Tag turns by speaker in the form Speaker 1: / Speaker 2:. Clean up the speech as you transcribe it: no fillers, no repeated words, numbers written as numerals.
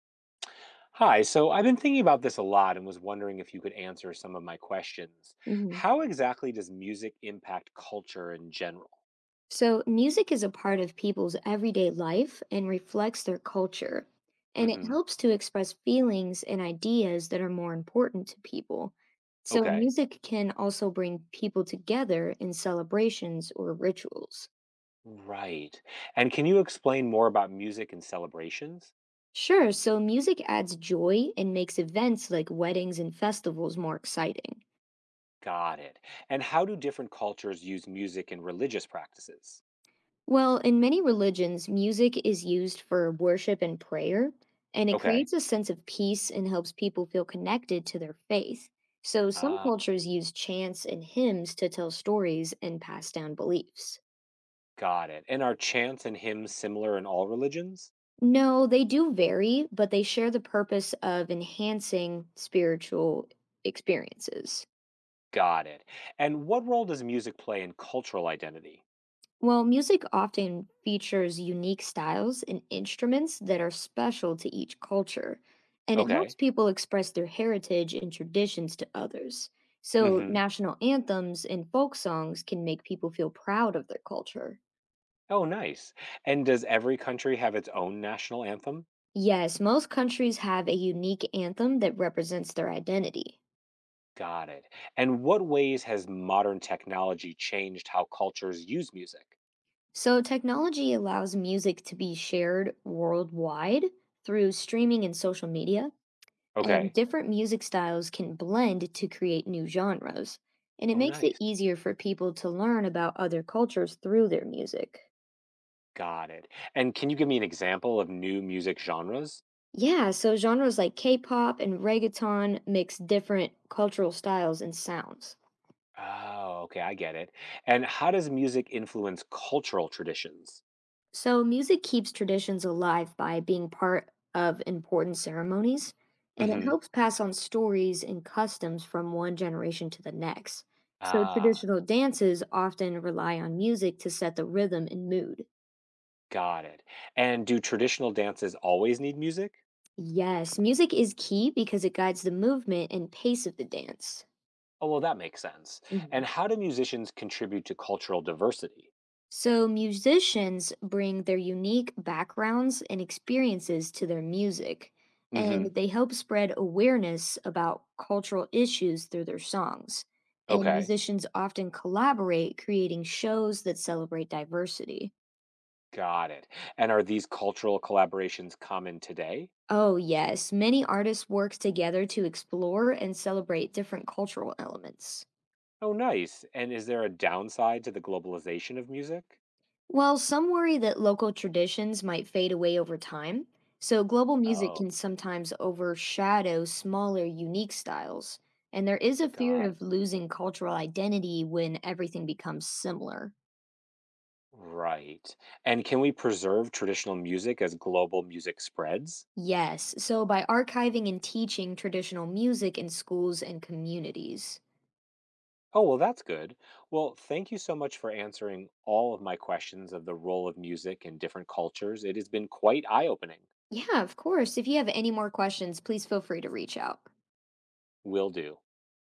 Speaker 1: Hi, so I've been thinking about this a lot and was wondering if you could answer some of my questions.
Speaker 2: Mhm.
Speaker 1: How exactly does music impact culture in general?
Speaker 2: So, music is a part of people's everyday life and reflects their culture, and it
Speaker 1: Hmm.
Speaker 2: helps to express feelings and ideas that are more important to people. So,
Speaker 1: Okay.
Speaker 2: music can also bring people together in celebrations or rituals.
Speaker 1: Right. And can you explain more about music and celebrations?
Speaker 2: Sure, so music adds joy and makes events like weddings and festivals more exciting.
Speaker 1: Got it. And how do different cultures use music in religious practices?
Speaker 2: Well, in many religions, music is used for worship and prayer, and it
Speaker 1: Okay.
Speaker 2: creates a sense of peace and helps people feel connected to their faith. So, some
Speaker 1: Ah,
Speaker 2: cultures use chants and hymns to tell stories and pass down beliefs.
Speaker 1: got it. And are chants and hymns similar in all religions?
Speaker 2: No, they do vary, but they share the purpose of enhancing spiritual experiences.
Speaker 1: Got it. And what role does music play in cultural identity?
Speaker 2: Well, music often features unique styles and instruments that are special to each culture, and it helps
Speaker 1: Okay.
Speaker 2: people express their heritage and traditions to others. So, national anthems and folk songs can make people feel proud of their culture.
Speaker 1: Oh, nice. And does every country have its own national anthem?
Speaker 2: Yes, most countries have a unique anthem that represents their identity.
Speaker 1: Got it. And what ways has modern technology changed how cultures use music?
Speaker 2: So, technology allows music to be shared worldwide through streaming and social media, and
Speaker 1: Okay.
Speaker 2: different music styles can blend to create new genres, and it
Speaker 1: Oh,
Speaker 2: makes it
Speaker 1: nice.
Speaker 2: easier for people to learn about other cultures through their music.
Speaker 1: Got it. And can you give me an example of new music genres?
Speaker 2: Yeah, so genres like K pop and reggaeton mix different cultural styles and sounds.
Speaker 1: Oh, okay. I get it. And how does music influence cultural traditions?
Speaker 2: So music keeps traditions alive by being part of important ceremonies, and it
Speaker 1: Hmm.
Speaker 2: helps pass on stories and customs from one generation to the next. So
Speaker 1: Ah,
Speaker 2: traditional dances often rely on music to set the rhythm and mood.
Speaker 1: got it. And do traditional dances always need music?
Speaker 2: Yes, music is key because it guides the movement and pace of the dance.
Speaker 1: Oh, well, that makes sense. And
Speaker 2: Hmm.
Speaker 1: how do musicians contribute to cultural diversity?
Speaker 2: So, musicians bring their unique backgrounds and experiences to their music,
Speaker 1: Hmm.
Speaker 2: and they help spread awareness about cultural issues through their songs. And
Speaker 1: Okay,
Speaker 2: musicians often collaborate, creating shows that celebrate diversity.
Speaker 1: got it. And are these cultural collaborations common today?
Speaker 2: Oh, yes, many artists work together to explore and celebrate different cultural elements.
Speaker 1: Oh, nice. And is there a downside to the globalization of music?
Speaker 2: Well, some worry that local traditions might fade away over time, so global music
Speaker 1: Oh,
Speaker 2: can sometimes overshadow smaller, unique styles. And there is a fear
Speaker 1: God.
Speaker 2: of losing cultural identity when everything becomes similar.
Speaker 1: Right. And can we preserve traditional music as global music spreads?
Speaker 2: Yes, so by archiving and teaching traditional music in schools and communities.
Speaker 1: Oh, well, that's good. Well, thank you so much for answering all of my questions of the role of music in different cultures. It has been quite eye opening.
Speaker 2: Yeah, of course. If you have any more questions, please feel free to reach out.
Speaker 1: Will do.